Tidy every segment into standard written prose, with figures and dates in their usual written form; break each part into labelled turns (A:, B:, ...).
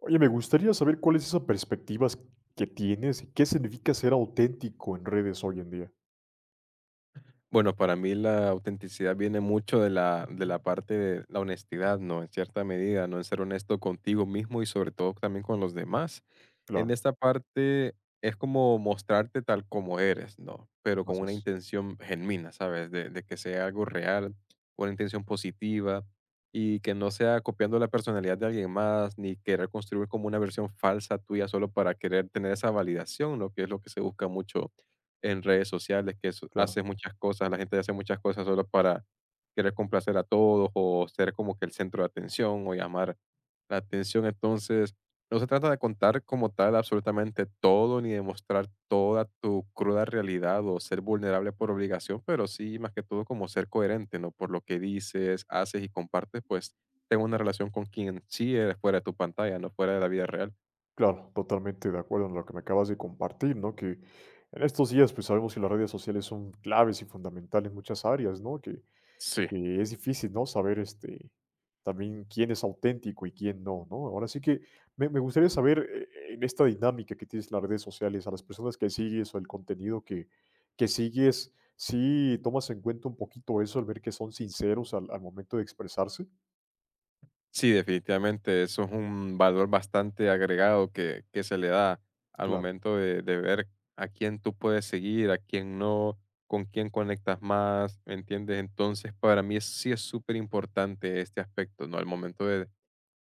A: Oye, me gustaría saber cuál es esa perspectivas que tienes y qué significa ser auténtico en redes hoy en día.
B: Bueno, para mí la autenticidad viene mucho de la parte de la honestidad, ¿no? En cierta medida, ¿no? En ser honesto contigo mismo y sobre todo también con los demás. En
A: Claro,
B: esta parte es como mostrarte tal como eres, ¿no? Pero con
A: así
B: una
A: es.
B: intención genuina, ¿sabes? De que sea algo real, una intención positiva y que no sea copiando la personalidad de alguien más ni querer construir como una versión falsa tuya solo para querer tener esa validación, ¿no? Que es lo que se busca mucho en redes sociales, que s
A: Claro,
B: hace muchas cosas, la gente hace muchas cosas solo para querer complacer a todos o ser como que el centro de atención o llamar la atención. Entonces, no se trata de contar como tal absolutamente todo ni de mostrar toda tu cruda realidad o ser vulnerable por obligación, pero sí, más que todo, como ser coherente, ¿no? Por lo que dices, haces y compartes, pues, tengo una relación con quien sí eres fuera de tu pantalla, no fuera de la vida real.
A: claro, totalmente de acuerdo en lo que me acabas de compartir, ¿no? Que en estos días, pues sabemos que las redes sociales son claves y fundamentales en muchas áreas, ¿no? Que
B: Sí.
A: Que es difícil, ¿no? Saber, este, también quién es auténtico y quién no, ¿no? Ahora sí que me gustaría saber, en esta dinámica que tienes en las redes sociales, a las personas que sigues o el contenido que sigues, ¿sí tomas en cuenta un poquito eso, al ver que son sinceros al momento de expresarse?
B: Sí, definitivamente, eso es un valor bastante agregado que se le da al
A: Claro,
B: momento de ver a quién tú puedes seguir, a quién no, con quién conectas más, ¿me entiendes? Entonces, para mí sí es súper importante este aspecto, ¿no? Al momento de,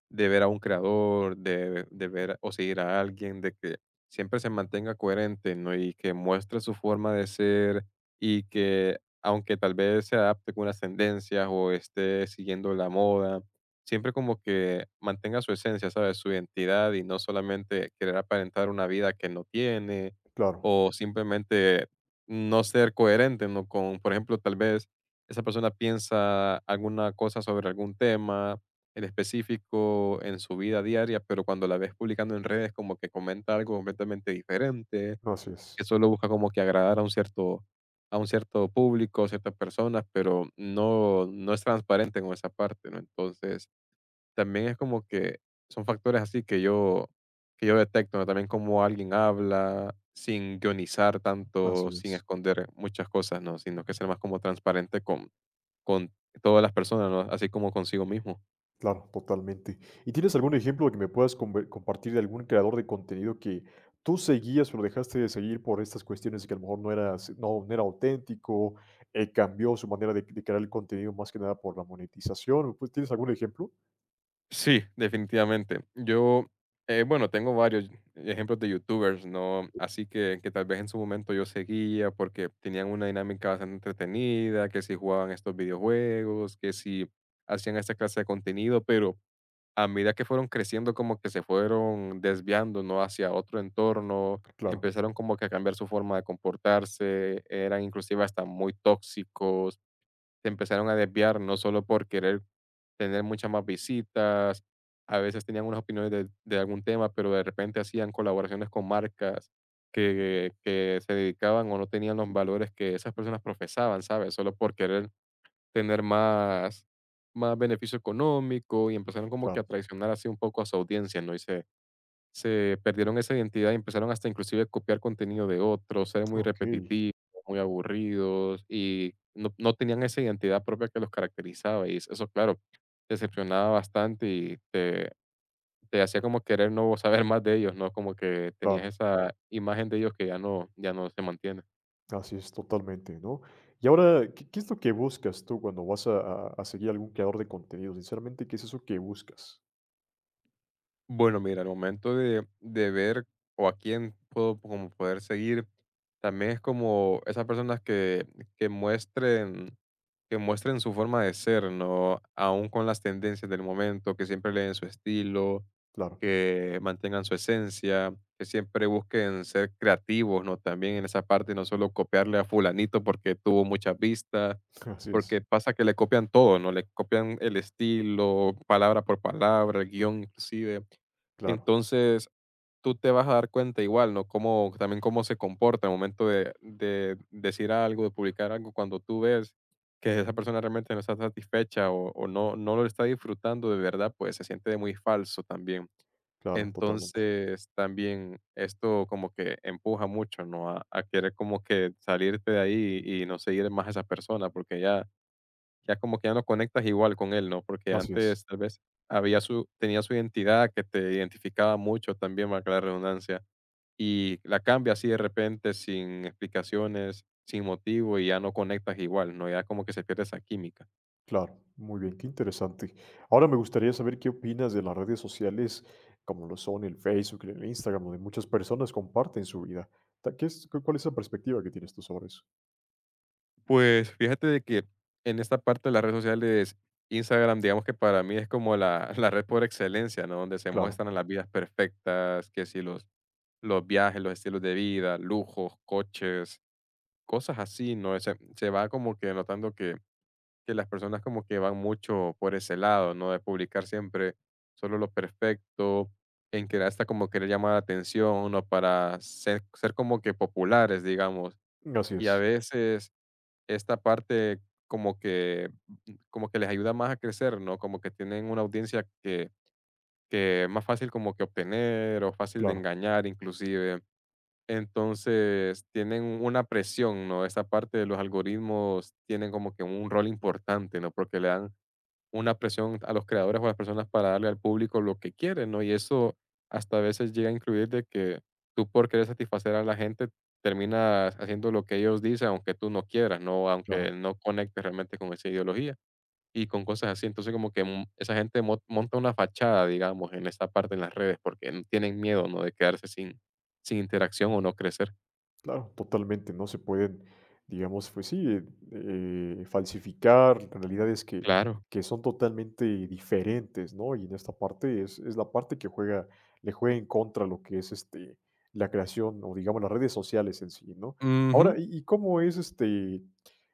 B: ver a un creador, de ver o seguir a alguien, de que siempre se mantenga coherente, ¿no? Y que muestre su forma de ser y que aunque tal vez se adapte con unas tendencias o esté siguiendo la moda, siempre como que mantenga su esencia, ¿sabes? Su identidad y no solamente querer aparentar una vida que no tiene
A: claro.
B: o simplemente no ser coherente, ¿no? Con, por ejemplo, tal vez esa persona piensa alguna cosa sobre algún tema, en específico en su vida diaria, pero cuando la ves publicando en redes como que comenta algo completamente diferente,
A: Así
B: que
A: es,
B: solo busca como que agradar a un cierto público, ciertas personas, pero no es transparente con esa parte, ¿no? Entonces, también es como que son factores así que yo detecto, ¿no? También cómo alguien habla sin guionizar tanto,
A: así
B: sin
A: es.
B: esconder muchas cosas, ¿no? Sino que ser más como transparente con todas las personas, ¿no? Así como consigo mismo.
A: Claro, totalmente. ¿Y tienes algún ejemplo que me puedas compartir de algún creador de contenido que tú seguías, pero dejaste de seguir por estas cuestiones de que a lo mejor no era auténtico, cambió su manera de crear el contenido más que nada por la monetización? Pues, ¿tienes algún ejemplo?
B: Sí, definitivamente. Yo, bueno, tengo varios ejemplos de YouTubers, ¿no? Así que tal vez en su momento yo seguía porque tenían una dinámica bastante entretenida, que si jugaban estos videojuegos, que si hacían esta clase de contenido, pero a medida que fueron creciendo, como que se fueron desviando, ¿no? Hacia otro entorno,
A: Claro,
B: empezaron como que a cambiar su forma de comportarse, eran inclusive hasta muy tóxicos, se empezaron a desviar, no solo por querer tener muchas más visitas. A veces tenían unas opiniones de algún tema, pero de repente hacían colaboraciones con marcas que se dedicaban o no tenían los valores que esas personas profesaban, ¿sabes? Solo por querer tener más, más beneficio económico y empezaron como que a
A: claro.
B: traicionar así un poco a su audiencia, ¿no? Y se perdieron esa identidad y empezaron hasta inclusive a copiar contenido de otros, ser muy
A: Ok,
B: repetitivos, muy aburridos y no tenían esa identidad propia que los caracterizaba y eso, claro, decepcionaba bastante y te hacía como querer no saber más de ellos, ¿no? Como que tenías
A: claro.
B: esa imagen de ellos que ya no se mantiene.
A: Así es, totalmente, ¿no? Y ahora, ¿ qué es lo que buscas tú cuando vas a seguir algún creador de contenido? Sinceramente, ¿qué es eso que buscas?
B: Bueno, mira, al momento de, ver o a quién puedo como poder seguir, también es como esas personas que muestren, que muestren su forma de ser, ¿no? Aún con las tendencias del momento, que siempre leen su estilo,
A: Claro,
B: que mantengan su esencia, que siempre busquen ser creativos, ¿no? También en esa parte, no solo copiarle a fulanito porque tuvo muchas vistas,
A: así es,
B: porque pasa que le copian todo, ¿no? Le copian el estilo, palabra por palabra, el guión inclusive.
A: claro,
B: Entonces, tú te vas a dar cuenta igual, ¿no? Cómo, también cómo se comporta al momento de, decir algo, de publicar algo, cuando tú ves que esa persona realmente no está satisfecha o no lo está disfrutando de verdad, pues se siente de muy falso también.
A: claro, totalmente.
B: Entonces, también esto como que empuja mucho, ¿no? A querer como que salirte de ahí y no seguir más a esa persona, porque ya como que ya no conectas igual con él, ¿no? Porque
A: Así es.
B: antes tal vez había su tenía su identidad que te identificaba mucho también, valga la redundancia, y la cambia así de repente sin explicaciones, sin motivo y ya no conectas igual, ¿no? Ya como que se pierde esa química.
A: Claro, muy bien, qué interesante. Ahora me gustaría saber qué opinas de las redes sociales como lo son el Facebook, el Instagram, donde muchas personas comparten su vida. ¿Qué es, cuál es la perspectiva que tienes tú sobre eso?
B: Pues fíjate de que en esta parte de las redes sociales, Instagram, digamos que para mí es como la la red por excelencia, ¿no? Donde se
A: Claro,
B: muestran las vidas perfectas, que si los viajes, los estilos de vida, lujos, coches, cosas así, ¿no? Se va como que notando que las personas como que van mucho por ese lado, ¿no? De publicar siempre solo lo perfecto, en que hasta como querer llamar la atención, ¿no? Para ser, ser como que populares, digamos.
A: así
B: Y a
A: es,
B: veces esta parte como que, como que les ayuda más a crecer, ¿no? Como que tienen una audiencia que es más fácil como que obtener o fácil de
A: claro,
B: engañar inclusive. Entonces, tienen una presión, ¿no? Esta parte de los algoritmos tienen como que un rol importante, ¿no? Porque le dan una presión a los creadores o a las personas para darle al público lo que quieren, ¿no? Y eso hasta a veces llega a incluir de que tú por querer satisfacer a la gente terminas haciendo lo que ellos dicen, aunque tú no quieras, ¿no? Aunque
A: claro.
B: no conectes realmente con esa ideología y con cosas así. Entonces, como que esa gente monta una fachada, digamos, en esa parte en las redes porque tienen miedo, ¿no? De quedarse sin, sin interacción o no crecer.
A: Claro, totalmente, no se pueden, digamos, pues sí, falsificar realidades
B: Claro.
A: que son totalmente diferentes, ¿no? Y en esta parte es la parte que juega, le juega en contra lo que es este, la creación o digamos las redes sociales en sí, ¿no? Ahora,
B: Ujú.
A: y cómo es este,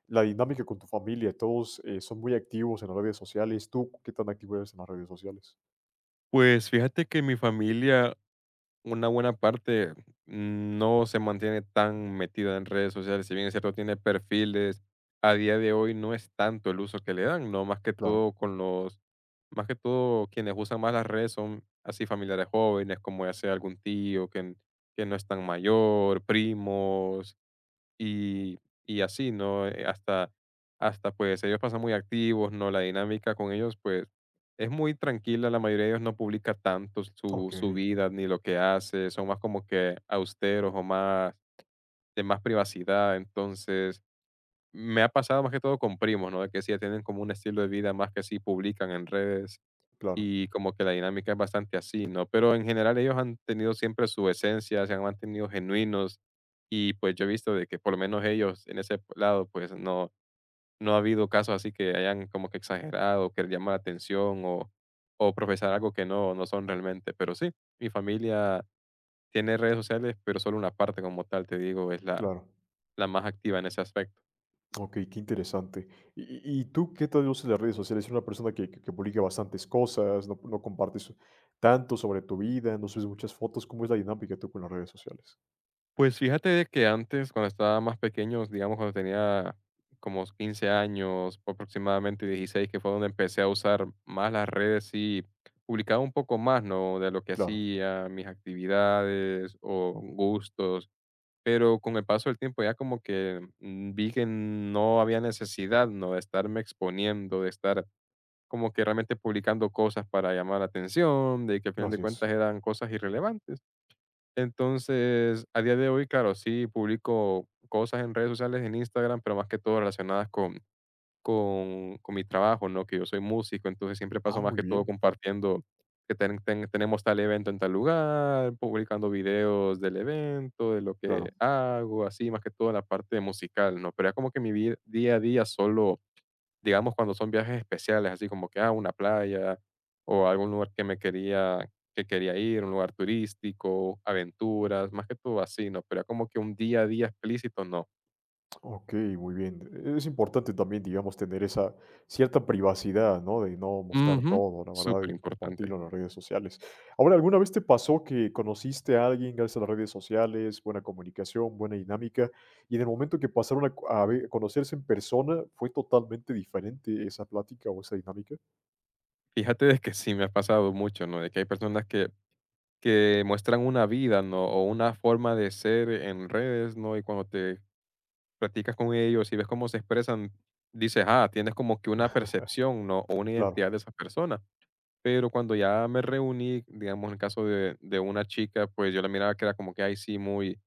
A: la dinámica con tu familia? ¿Todos son muy activos en las redes sociales? ¿Tú qué tan activo eres en las redes sociales?
B: Pues fíjate que mi familia, una buena parte, no se mantiene tan metida en redes sociales. Si bien es cierto, tiene perfiles, a día de hoy no es tanto el uso que le dan, ¿no? Más que
A: Claro,
B: todo con más que todo quienes usan más las redes son así familiares jóvenes, como ya sea algún tío que no es tan mayor, primos, y, y así, ¿no? Hasta pues ellos pasan muy activos, ¿no? La dinámica con ellos pues es muy tranquila, la mayoría de ellos no publica tanto su,
A: ok,
B: su vida ni lo que hace, son más como que austeros o más de más privacidad, entonces me ha pasado más que todo con primos, ¿no? De que sí, tienen como un estilo de vida más que sí publican en redes
A: claro,
B: y como que la dinámica es bastante así, ¿no? Pero en general ellos han tenido siempre su esencia, se han mantenido genuinos y pues yo he visto de que por lo menos ellos en ese lado pues no ha habido casos así que hayan como que exagerado, que llamar la atención o profesar algo que no son realmente. Pero sí, mi familia tiene redes sociales, pero solo una parte como tal, te digo, es la,
A: claro.
B: la más activa en ese aspecto.
A: Ok, qué interesante. Y tú qué tal usas las redes sociales? ¿Eres una persona que publica bastantes cosas? ¿No, no compartes tanto sobre tu vida? ¿No subes muchas fotos? ¿Cómo es la dinámica tú con las redes sociales?
B: Pues fíjate de que antes, cuando estaba más pequeño, digamos cuando tenía como 15 años, aproximadamente 16 que fue donde empecé a usar más las redes y publicaba un poco más, ¿no? De lo que
A: Claro,
B: hacía, mis actividades o gustos. Pero con el paso del tiempo ya como que vi que no había necesidad, ¿no? De estarme exponiendo, de estar como que realmente publicando cosas para llamar la atención, de que al final de
A: así es.
B: cuentas eran cosas irrelevantes. Entonces, a día de hoy, claro, sí publico cosas en redes sociales, en Instagram, pero más que todo relacionadas con con mi trabajo, ¿no? Que yo soy músico, entonces siempre paso
A: Ah,
B: más
A: muy
B: que todo
A: bien,
B: compartiendo que tenemos tal evento en tal lugar, publicando videos del evento, de lo que
A: claro.
B: hago, así, más que todo la parte musical, ¿no? Pero es como que mi vi día a día solo digamos, cuando son viajes especiales, así como que, ah, una playa o algún lugar que quería ir, un lugar turístico, aventuras, más que todo así, ¿no? Pero como que un día a día explícito, no.
A: Ok, muy bien. Es importante también, digamos, tener esa cierta privacidad, ¿no? De no mostrar
B: Ujú.
A: todo, la verdad,
B: Súper
A: y
B: importante.
A: compartirlo en las redes sociales. Ahora, ¿alguna vez te pasó que conociste a alguien gracias a las redes sociales, buena comunicación, buena dinámica, y en el momento que pasaron a conocerse en persona, fue totalmente diferente esa plática o esa dinámica?
B: Fíjate de que sí me ha pasado mucho, ¿no? De que hay personas que muestran una vida, ¿no? O una forma de ser en redes, ¿no? Y cuando te platicas con ellos y ves cómo se expresan, dices, ah, tienes como que una percepción, ¿no? O una
A: Claro,
B: identidad de esa persona. Pero cuando ya me reuní, digamos, en el caso de una chica, pues yo la miraba que era como que, ahí sí, muy,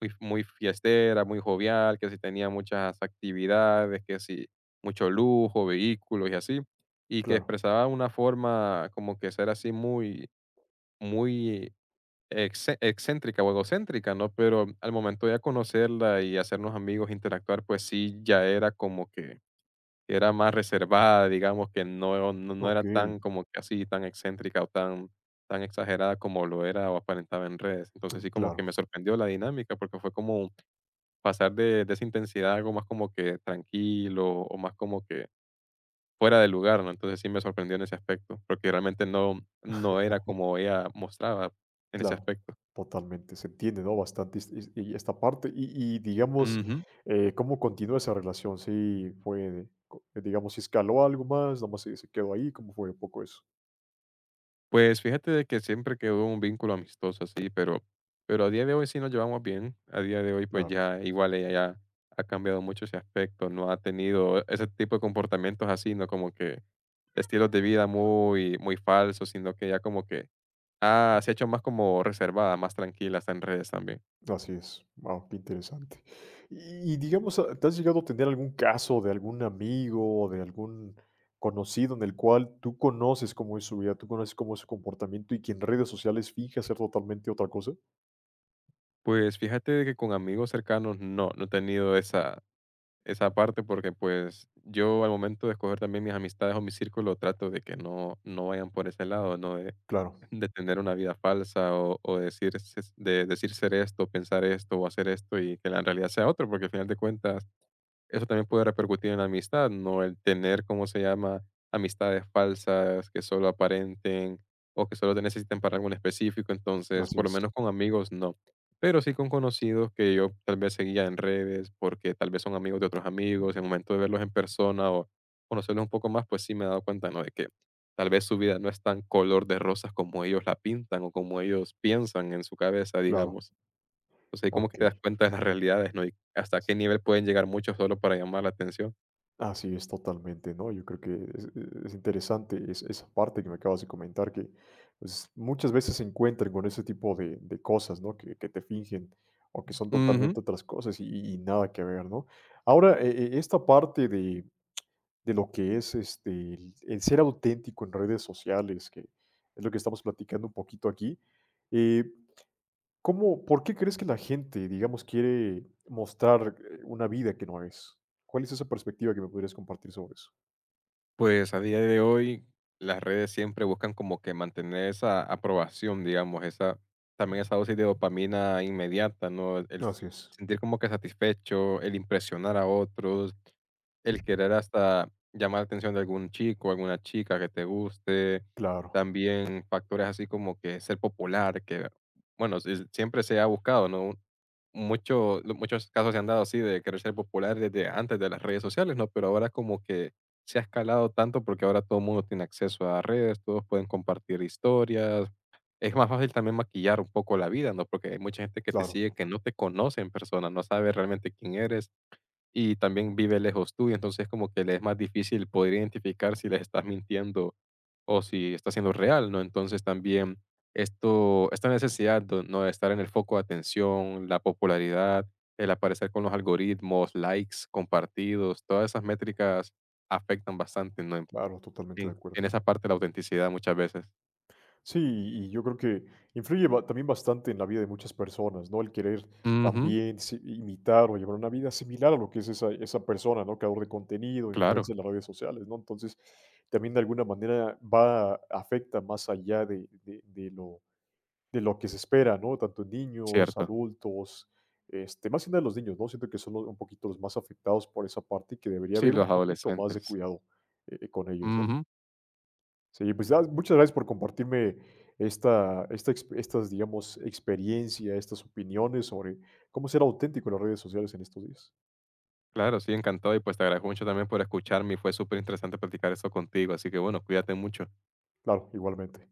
B: muy, muy fiestera, muy jovial, que sí tenía muchas actividades, que sí, mucho lujo, vehículos y así, y que
A: claro.
B: expresaba una forma como que ser así muy, muy excéntrica o egocéntrica, ¿no? Pero al momento de conocerla y hacernos amigos, interactuar, pues sí, ya era como que era más reservada, digamos que no era
A: Ok,
B: tan como que así, tan excéntrica o tan exagerada como lo era o aparentaba en redes. Entonces, sí como que
A: claro.
B: me sorprendió la dinámica, porque fue como pasar de esa intensidad a algo más como que tranquilo o más como que fuera de lugar, ¿no? Entonces, sí me sorprendió en ese aspecto, porque realmente no era como ella mostraba en ese
A: Claro,
B: aspecto.
A: totalmente, se entiende, ¿no? Bastante es y esta parte, y digamos, ¿cómo continúa esa relación? Sí, fue, co digamos, si escaló algo más, ¿nada más se quedó ahí? ¿Cómo fue un poco eso?
B: Pues fíjate de que siempre quedó un vínculo amistoso así, pero a día de hoy sí nos llevamos bien. A día de hoy, pues
A: Claro,
B: ya igual ella ya ha cambiado mucho ese aspecto, no ha tenido ese tipo de comportamientos así, ¿no? Como que estilos de vida muy muy falsos, sino que ya como que se ha hecho más como reservada, más tranquila, hasta en redes también.
A: así es. Wao, qué interesante. Y digamos, ¿te has llegado a tener algún caso de algún amigo o de algún conocido en el cual tú conoces cómo es su vida, tú conoces cómo es su comportamiento y que en redes sociales finge ser totalmente otra cosa?
B: Pues fíjate de que con amigos cercanos no, no he tenido esa parte porque pues yo al momento de escoger también mis amistades o mi círculo trato de que no vayan por ese lado, ¿no?
A: Claro,
B: De tener una vida falsa o decir, de decir ser esto, pensar esto o hacer esto y que la realidad sea otro, porque al final de cuentas eso también puede repercutir en la amistad, ¿no? El tener, ¿cómo se llama? Amistades falsas que solo aparenten o que solo te necesiten para algo en específico. Entonces,
A: así
B: por lo
A: es,
B: menos con amigos, no. Pero sí con conocidos que yo tal vez seguía en redes porque tal vez son amigos de otros amigos. En el momento de verlos en persona o conocerlos un poco más, pues sí me he dado cuenta, ¿no? De que tal vez su vida no es tan color de rosas como ellos la pintan o como ellos piensan en su cabeza,
A: claro,
B: digamos. Entonces, ahí como que te das
A: okey.
B: cuenta de las realidades, ¿no? Y hasta qué nivel pueden llegar muchos solo para llamar la atención.
A: Así es, totalmente, ¿no? Yo creo que es, es interesante esa parte que me acabas de comentar, que pues, muchas veces se encuentran con ese tipo de cosas, ¿no? Que te fingen o que son
B: Ujú.
A: totalmente otras cosas y nada que ver, ¿no? Ahora, esta parte de lo que es este, el ser auténtico en redes sociales, que es lo que estamos platicando un poquito aquí, eh, ¿cómo, por qué crees que la gente, digamos, quiere mostrar una vida que no es? ¿Cuál es esa perspectiva que me podrías compartir sobre eso?
B: Pues a día de hoy, las redes siempre buscan como que mantener esa aprobación, digamos, esa, también esa dosis de dopamina inmediata, ¿no?
A: Así es.
B: Sentir como que satisfecho, el impresionar a otros, el querer hasta llamar la atención de algún chico, alguna chica que te guste,
A: Claro,
B: también factores así como que ser popular, que bueno, siempre se ha buscado, ¿no? Mucho, muchos casos se han dado así de querer ser popular desde antes de las redes sociales, ¿no? Pero ahora como que se ha escalado tanto porque ahora todo el mundo tiene acceso a redes, todos pueden compartir historias. Es más fácil también maquillar un poco la vida, ¿no? Porque hay mucha gente que te
A: claro,
B: sigue que no te conoce en persona, no sabe realmente quién eres y también vive lejos tuyo, entonces como que le es más difícil poder identificar si les estás mintiendo o si está siendo real, ¿no? Entonces también esto, esta necesidad de, ¿no? de estar en el foco de atención, la popularidad, el aparecer con los algoritmos, likes, compartidos, todas esas métricas afectan bastante, ¿no?
A: claro, totalmente de
B: En
A: acuerdo.
B: esa parte de la autenticidad muchas veces.
A: Sí, y yo creo que influye ba también bastante en la vida de muchas personas, ¿no? El querer
B: Ujú,
A: también si imitar o llevar una vida similar a lo que es esa persona, ¿no? Creador de contenido,
B: claro,
A: influencia en las redes sociales, ¿no? Entonces, también de alguna manera va afecta más allá de lo que se espera, ¿no? Tanto en niños,
B: cierto.
A: adultos, este, más que nada los niños, ¿no? Siento que son los un poquito los más afectados por esa parte y que debería
B: Sí,
A: haber un
B: los
A: poquito más de
B: adolescentes.
A: cuidado, con ellos, ¿no?
B: Ujú.
A: Sí, pues, muchas gracias por compartirme estas, digamos, experiencia, estas opiniones sobre cómo ser auténtico en las redes sociales en estos días.
B: Claro, sí, encantado y pues te agradezco mucho también por escucharme y fue súper interesante platicar eso contigo, así que bueno, cuídate mucho.
A: Claro, igualmente.